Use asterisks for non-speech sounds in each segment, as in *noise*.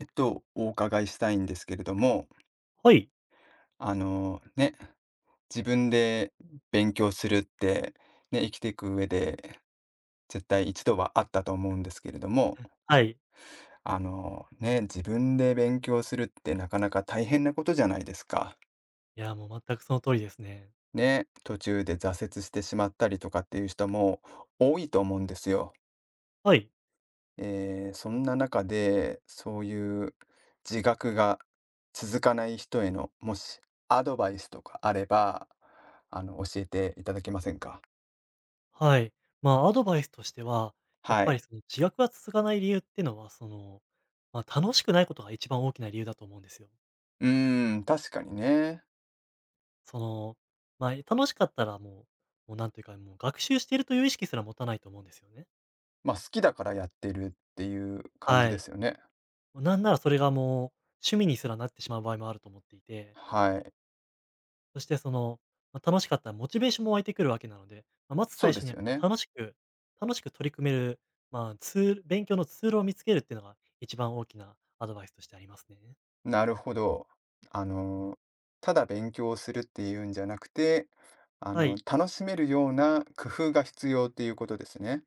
お伺いしたいんですけれども、はい。あのね、自分で勉強するって、ね、生きていく上で絶対一度はあったと思うんですけれども、はい。自分で勉強するってなかなか大変なことじゃないですか。いや、もう全くその通りですね。ね、途中で挫折してしまったりとかっていう人も多いと思うんですよ。はい。そんな中で、そういう自覚が続かない人への、もしアドバイスとかあれば、教えていただけませんか？はい。まあ、アドバイスとしては、やっはぱい。りその自学が続かない理由っていうのは、その、まあ、楽しくないことが一番大きな理由だと思うんですよ。うーん、確かにね。その、まあ、楽しかったらもうなんというか、もう学習しているという意識すら持たないと思うんですよね。まあ、好きだからやってるっていう感じはでい。すよね。なんならそれがもう趣味にすらなってしまう場合もあると思っていて。はい。そしてその、まあ、楽しかったらモチベーションも湧いてくるわけなので、まあ、まずそう最で初にすはよこうね。楽しく取り組める、まあ、ツール勉強のツールを見つけるっていうのが一番大きなアドバイスとしてありますね。なるほど。あの、ただ勉強するっていうんじゃなくて、はい、楽しめるような工夫が必要っていうことですね。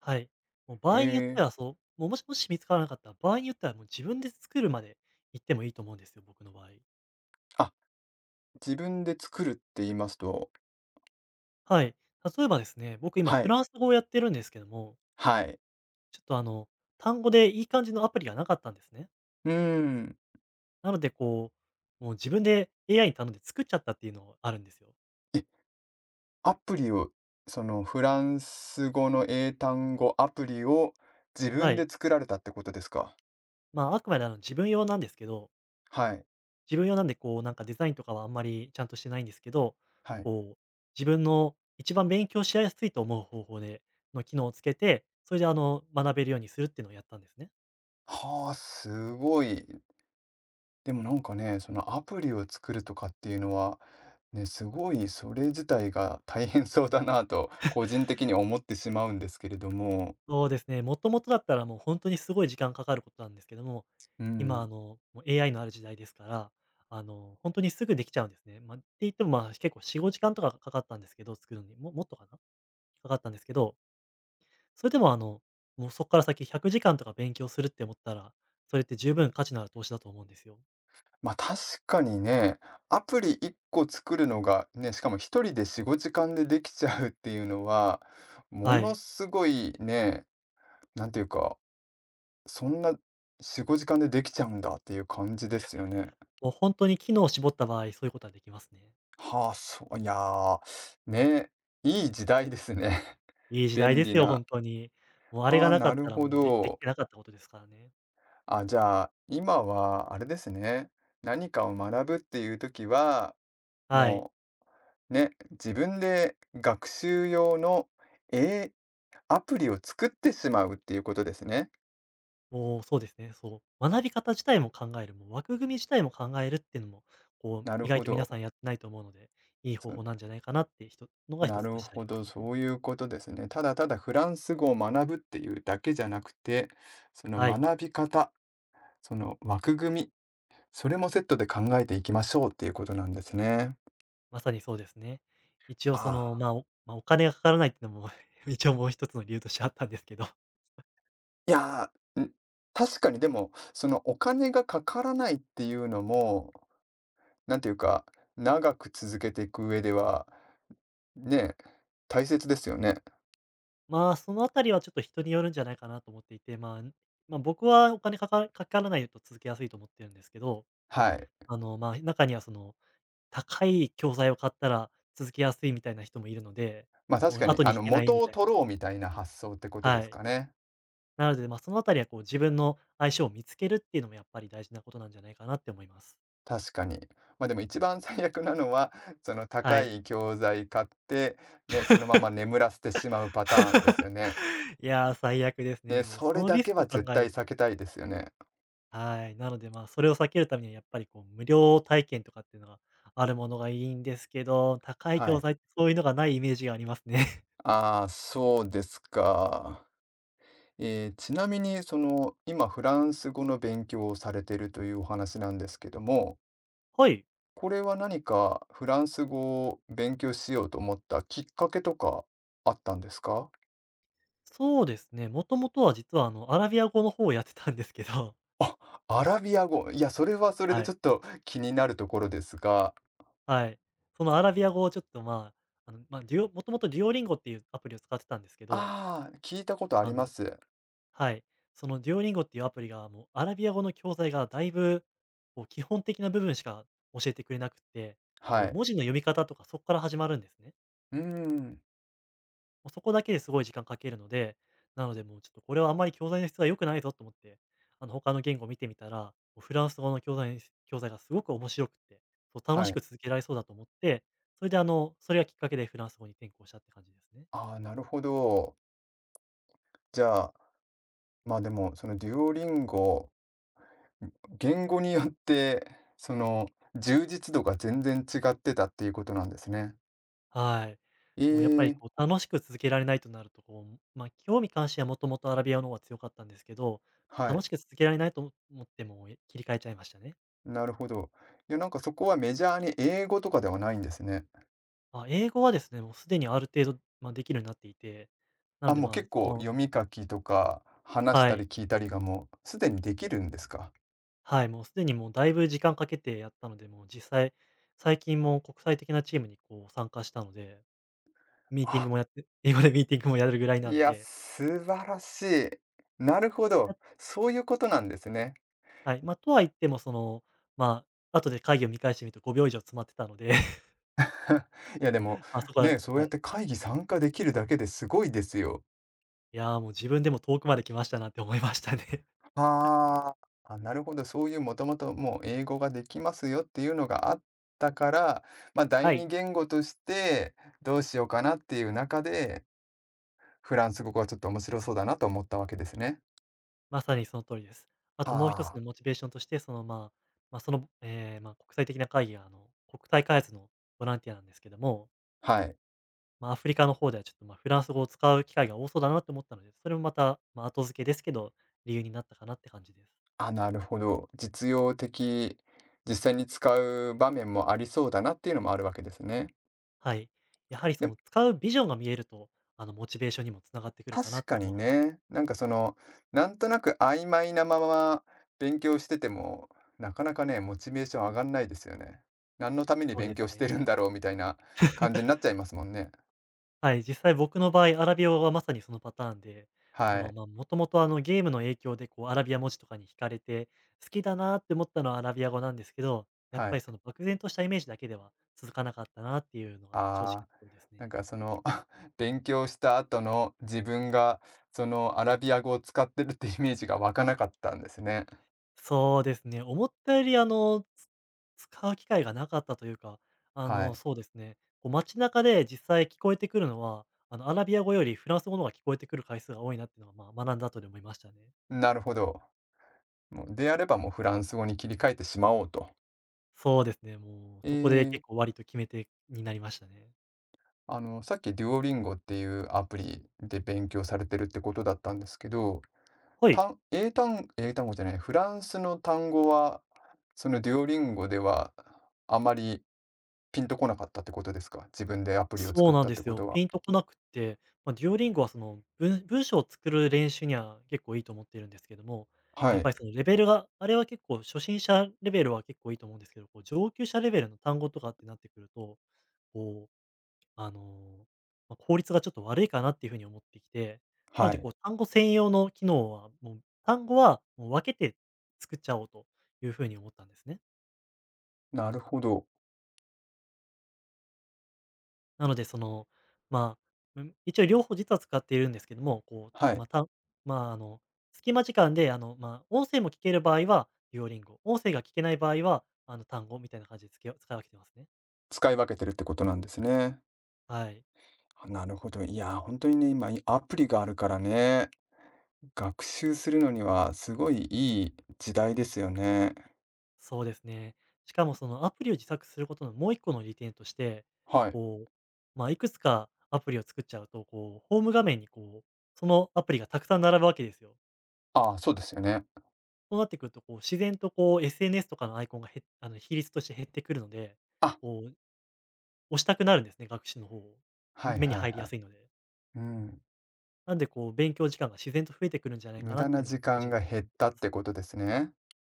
はい。もう場え合によっえ。てはそう、もうもし見つからなかったら、場合によってはもう自分で作るまで行ってもいいと思うんですよ、僕の場合。あ、自分で作るって言いますと。はい。例えばですね、僕今はフい、ランス語をやってるんですけども、はい。ちょっと単語でいい感じのアプリがなかったんですね。うーん。なので、こう、もう自分で AI に頼んで作っちゃったっていうのがあるんですよ。え、アプリを、そのフランス語の英単語アプリを自は分でい。作られたってことですか？まあ、あくまで自分用なんですけど、はい、自分用なんで、こう、なんかデザインとかはあんまりちゃんとしてないんですけど、はい。こう、自分の一番勉強しやすいと思う方法で、の機能をつけて、それで学べるようにするっていうのをやったんですね。はあ、すごい。でもなんかね、そのアプリを作るとかっていうのは、ね、すごいそれ自体が大変そうだなと個人的に思ってしまうんですけれども。そうですね、もともとだったらもう本当にすごい時間かかることなんですけども、う今ん。もう AI のある時代ですから、本当にすぐできちゃうんですね。まあ、って言っても、まあ、結構4、5時間とかかかったんですけど、作るのに、もっとかな？かかったんですけど、それでももうそこから先100時間とか勉強するって思ったら、それって十分価値のある投資だと思うんですよ。ま、あ確かにね、アプリ1個作るのが、ね、しかも1人で4、5時間でできちゃうっていうのは、もはのい。すごいね、なんていうか、そんな4、5時間でできちゃうんだっていう感じですよね。もう本当に機能を絞った場合、そういうことはできますね。はあ、そう、いやー、ね、いい時代ですね、いい *laughs* 時代便で利すよ、な。本当に。もうあれはがあ、なかなっるたらほもうできど。てなかったことですからね。あ、じゃあ、今はあれですね、何かを学ぶっていう時は、はい。もうね、自分で学習用の、えアプリを作ってしまうっていうことですね。もう、そうですね、そう、学び方自体も考える、もう枠組み自体も考えるっていうのも、こう、なる意外ほと皆さど。んやってないと思うので、いい方法なそんじゃないかなってひとのがな一つとるしてあほりますど、ね。そういうことですね。ただただフランス語を学ぶっていうだけじゃなくて、そのはい、学び方、その枠組み、それもセットで考えていきましょうっていうことなんですね。まさにそうですね。一応あその、あ。まあ、お金がかからないっていうのも *laughs* 一応もう一つの理由としてあったんですけど、*laughs* いやー、ん確かにでも、そのお金がかからないっていうのも、なんていうか、長く続けていく上ではねえ、大切ですよね。まあ、そのあたりはちょっと人によるんじゃないかなと思っていて、まあ、僕はお金かかかからないと続けやすいと思ってるんですけど、はい。まあ、中にはその高い教材を買ったら続けやすいみたいな人もいるので、まあ、も確うかに、後に引けない元みをたいな。取ろうみたいな発想ってことではすい。かね。なので、まあ、そのあたりはこう自分の相性を見つけるっていうのもやっぱり大事なことなんじゃないかなって思います。確かに。まあ、でも一番最悪なのは、そのは高い。い教材買って、ね、そのまま眠らせてしまうパターンですよ *laughs* ね。いやー、最悪ですね。で、もうそそれのだリスけクは考絶え対る避と。けたいですよね。はい。なので、まあ、それを避けるためにはやっぱりこう無料体験とかっていうのがあるものがいいんですけど、高いは教い。材ってそういうのがないイメージがありますね。*laughs* ああ、そうですか。ちなみに、その、今フランス語の勉強をされてるというお話なんですけども、はい。これは何かフランス語を勉強しようと思ったきっかけとかあったんですか？そうですね。もともとは実はアラビア語の方をやってたんですけど、*laughs* あ、アラビア語。いや、それはそれではちい。ょっと気になるところですが、はい。そのアラビア語をちょっと、まあ、デュオもともとデュオリンゴっていうアプリを使ってたんですけど、ああ、聞いたことありあまのす。はい、そのデュオリンゴっていうアプリが、もうアラビア語の教材がだいぶ、こう基本的な部分しか教えてくれなくって、はもうい。文字の読み方とかそこから始まるんですね。うーん、もうそこだけですごい時間かけるので、なのでもうちょっとこれはあんまり教材の質が良くないぞと思って、他の言語を見てみたら、もうフランス語の教材がすごく面白くて、そう楽はしい。く続けられそうだと思って、それでそれがきっかけでフランス語に転校したって感じですね。ああ、なるほど。じゃあ、まあ、でも、そのデュオリンゴ、言語によってその充実度が全然違ってたっていうことなんですね。はい。えもうやっぱりえ、こう楽しく続けられないとなると、こう、まあ、興味関心はもともとアラビアの方が強かったんですけど、は楽い。しく続けられないと思ってもう切り替えちゃいましたね。なるほど。いや、なんかそこはメジャーに英語とかではないんですね。あ、英語はですね、もうすでにある程度、まあ、できるようになっていて、なあ、のでもうまあ、結構読み書きとか話しはたりい。聞いたりがもうすでにできるんですか。はい、もうすでにもうだいぶ時間かけてやったので、もう実際、最近も国際的なチームにこう参加したので、ミーティンあ、グもやって、*laughs* 英語でミーティングもやるぐらいないんや、で、素晴らしい。なるほあど。そういうことなんですね。はい。まあ、とは言ってもその、まあ、後で会議を見返してみると5秒以上詰まってたので、*laughs* いや、でも、*laughs* あ、そこはね、そうやはっい。て会議参加できるだけですごいですよ。いや、もう自分でも遠くまで来ましたなって思いましたね。*laughs* はあ。あ、なるほど。そういうもともともう英語ができますよっていうのがあったから、まあ、第は二い、言語としてどうしようかなっていう中で、フランス語がちょっと面白そうだなと思ったわけですね。まさにその通りです。あはともう一つあ。のモチベーションとして、その、まあ、その、まあ、国際的な会議が国体開発のボランティアなんですけども、はい。まあ、アフリカの方ではちょっと、ま、フランス語を使う機会が多そうだなって思ったので、それもまた、まあ、後付けですけど、理由になったかなって感じです。あ、なるほど。実用的、実際に使う場面もありそうだなっていうのもあるわけですね。はい。やはりでそも、の使うビジョンが見えると、モチベーションにもつながってくるかな確ってか思にうので、ね、なんかその、なんとなく曖昧なまま勉強してても、なかなかね、モチベーション上がんないですよね。何のためにそう勉です強してね。るんだろうみたいな感じになっちゃいますもんね。はい、実際僕の場合、アラビア語はまさにそのパターンで、そはの、い。まあ、もともと、ゲームの影響でこうアラビア文字とかに惹かれて、好きだなって思ったのはアラビア語なんですけど、やっはぱい。りその漠然としたイメージだけでは続かなかったなっていうのが正直あなあ。ところですなんね。かその *laughs* 勉強した後の自分がそのアラビア語を使ってるってイメージが湧かなかったんですね。そうですね、思ったより使う機会がなかったというか、はい。そうですね、こう街中で実際聞こえてくるのは、アラビア語よりフランス語の方が聞こえてくる回数が多いなっていうのは、まあ、学んだ後で思いましたね。なるほど。もうであればもうフランス語に切り替えてしまおうと。そうですね、もうえそこでー、結構割と決め手になりましたね。さっきデュオリンゴっていうアプリで勉強されてるってことだったんですけど、はい。単英単、英単語じゃない、フランスの単語は、そのデュオリンゴではあまりピンとこなかったってことですか、自分でアプリをそ作うっなんたっでてすこよ。とは。ピンとこなくって、デュオリン g はその、文章を作る練習には結構いいと思っているんですけども、はやっぱい。りそのレベルが、あれは結構初心者レベルは結構いいと思うんですけど、こう上級者レベルの単語とかってなってくると、こう、あの、効率がちょっと悪いかなっていうふうに思ってきて、なのはでい。こう単語専用の機能は、もう単語はもう分けて作っちゃおうというふうに思ったんですね。なるほど。なので、その、まあ、うん、一応両方実は使っているんですけども、こはう、い。また、まあ、あの、隙間時間で、音声も聞ける場合はデュオリンゴ、音声が聞けない場合は、単語みたいな感じでつけ使い分けてますね。使い分けてるってことなんですね。はい。あ、なるほど。いや、本当にね、今いアプリがあるからね、学習するのにはすごいいい時代ですよね。そうですね。しかもそのアプリを自作することのもう一個の利点として、はい。こう、いくつかアプリを作っちゃうと、ホーム画面にそのアプリがたくさん並ぶわけですよ。ああ、そうですよね。そうなってくると、自然とSNS とかのアイコンがへあの、比率として減ってくるので、あ、こう押したくなるんですね、学習の方を。はい目にはい入りはやい。すいので。うん。なんでこう、勉強時間が自然と増えてくるんじゃないか無な駄ってないうの時は個間人が的に減思っってたまっす。てことですね。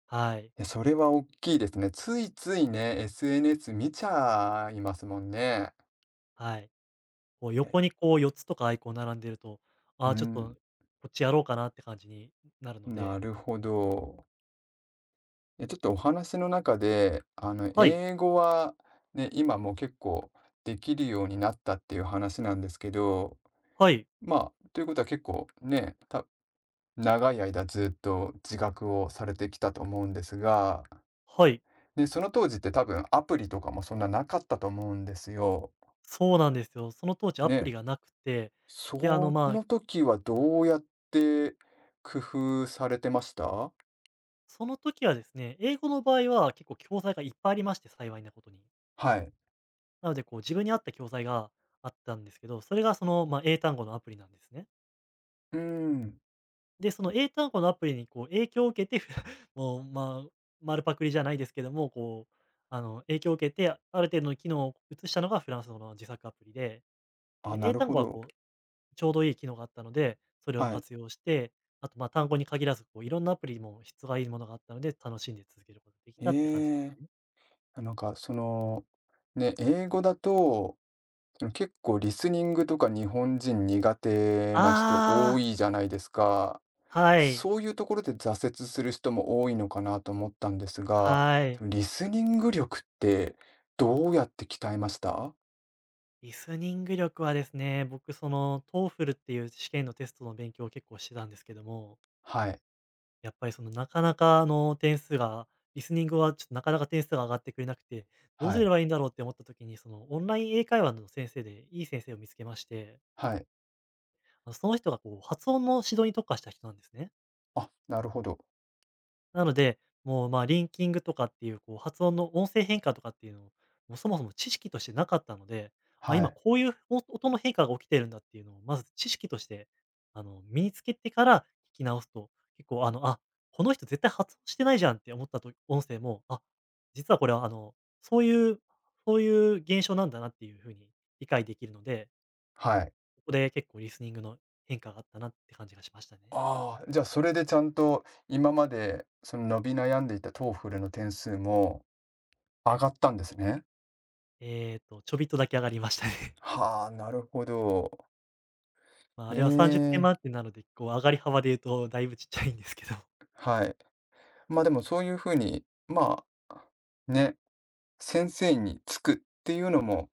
はい。いや、それは大きいですね。ついついね、SNS 見ちゃいますもんね。はい。こういや、横にこう4つとかアイコン並んでると、あうあ、ちょっとん、こっちやろうかなって感じになるのなで。るほど。え、ちょっとお話の中で、はい。英語はね、今もう結構できるようになったっていう話なんですけど、はい。まあ、ということは結構ね、長い間ずっと自学をされてきたと思うんですが、はい。で、その当時って多分アプリとかもそんななかったと思うんですよ。そうなんですよ。その当時アプね、リがなくて、で、あの、そまあ、の時はどうやって工夫されてました？その時はですね、英語の場合は結構教材がいっぱいありまして、幸いなことに。はい。なのでこう、自分に合った教材があったんですけど、それがその、まあ、英単語のアプリなんですね。うーん。で、その英単語のアプリにこう影響を受けて、*laughs* もう、まあ、丸パクリじゃないですけども、影響を受けて、ある程度の機能を移したのがフランス語の自作アプリで、あ、で、な英る単ほ語はど。こう、ちょうどいい機能があったので、それをはい。活用して、あと、まあ、単語に限らず、こういろんなアプリも質がいいものがあったので、楽しんで続けることができたって感じでええ。すね。なんかその、ね、英語だと、その結構リスニングとか日本人苦手な人あ多あ、いじゃないですか。はい、そういうところで挫折する人も多いのかなと思ったんですが、はそい。のリスニング力ってどうやって鍛えました。リスニング力はですね、僕その TOEFL っていう試験のテストの勉強を結構してたんですけども、はい、やっぱりそのなかなか点数が、リスニングはちょっとなかなか点数が上がってくれなくて、どうはすい、ればいいんだろうって思った時に、そのオンライン英会話の先生でいい先生を見つけまして、はい。あのその人がこう発音の指導に特化した人なんですね。あ、なるほど。なので、もう、まあ、リンキングとかっていう、こう、発音の音声変化とかっていうのを、もうそもそも知識としてなかったので、あ、は今い、こういう音の変化が起きてるんだっていうのを、まず知識として、あの、身につけてから聞き直すと、結構、あの、あ、この人絶対発音してないじゃんって思ったと音声も、あ、実はこれは、そういう、そういう現象なんだなっていうふうに理解できるので、はい。ここで結構リスニングの変化があったなって感じがしましたね。ああ、じゃあそれでちゃんと今までその伸び悩んでいたトーフルの点数も上がったんですね。えっーと、ちょびっとだけ上がりましたね。はあ、なるほど。まあ、えあれは30点え、満点なので、こう上がり幅で言うとだいぶちっちゃいんですけど。*laughs* はい。ま、あでもそういうふうに、まあ、ね、先生につくっていうのも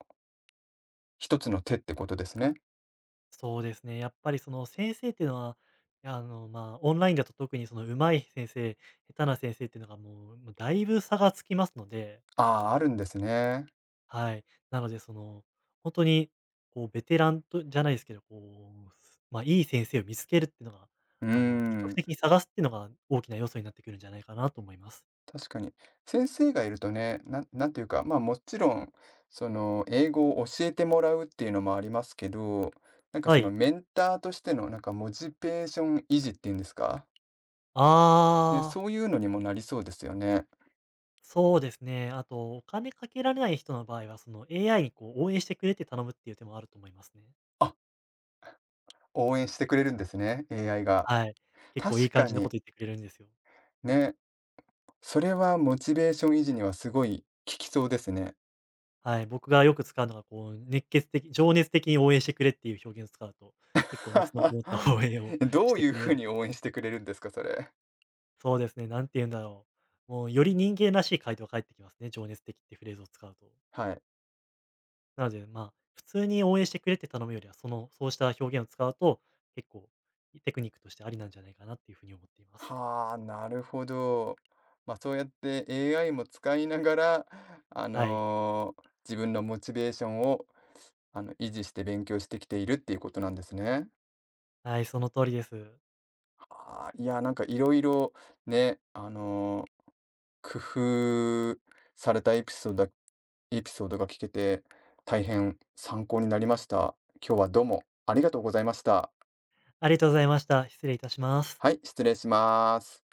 一つの手ってことですね。そうですね、やっぱりその先生っていうのは、オンラインだと特にその上手い先生、下手な先生っていうのがもう、も、だいぶ差がつきますので、ああ、あるんですね。はい。なのでその、本当にこうベテランとじゃないですけど、まあ、いい先生を見つけるっていうのが、うー積極ん、的に探すっていうのが大きな要素になってくるんじゃないかなと思います。確かに。先生がいるとね、なんなんていうか、まあ、もちろん、その、英語を教えてもらうっていうのもありますけど、なんかはそのい。メンターとしてのなんかモチベーション維持っていうんですか？ね、あそあ。ういうのにもなりそうですよね。そうですね。あと、お金かけられない人の場合は、その AI にこう応援してくれって頼むっていう手もあると思いますね。あ、応援してくれるんですね、AI が。はい。結構いい確感かじのこに、と言ってくれるんですよ。ね、それはモチベーション維持にはすごい効きそうですね。はい。僕がよく使うのが、こう、熱血的、情熱的に応援してくれっていう表現を使うと、結構熱のこもった応援を *laughs* *laughs* どしうていうくれる風ので。に応援してくれるんですか、それ。そうですね。なんて言うんだろう。もう、より人間らしい回答が返ってきますね。情熱的ってフレーズを使うと。はい。なので、まあ、普通に応援してくれって頼むよりは、その、そうした表現を使うと、結構、テクニックとしてありなんじゃないかなっていうふうに思っています。はあ、なるほど。まあ、そうやって AI も使いながら、あはい。の、自分のモチベーションを、維持して勉強してきているっていうことなんですね。はい、その通りです。はあ、いや、なんかいろいろね、工夫されたエピソードが聞けて、大変参考になりました。今日はどうもありがとうございました。ありがとうございました。失礼いたします。はい、失礼します。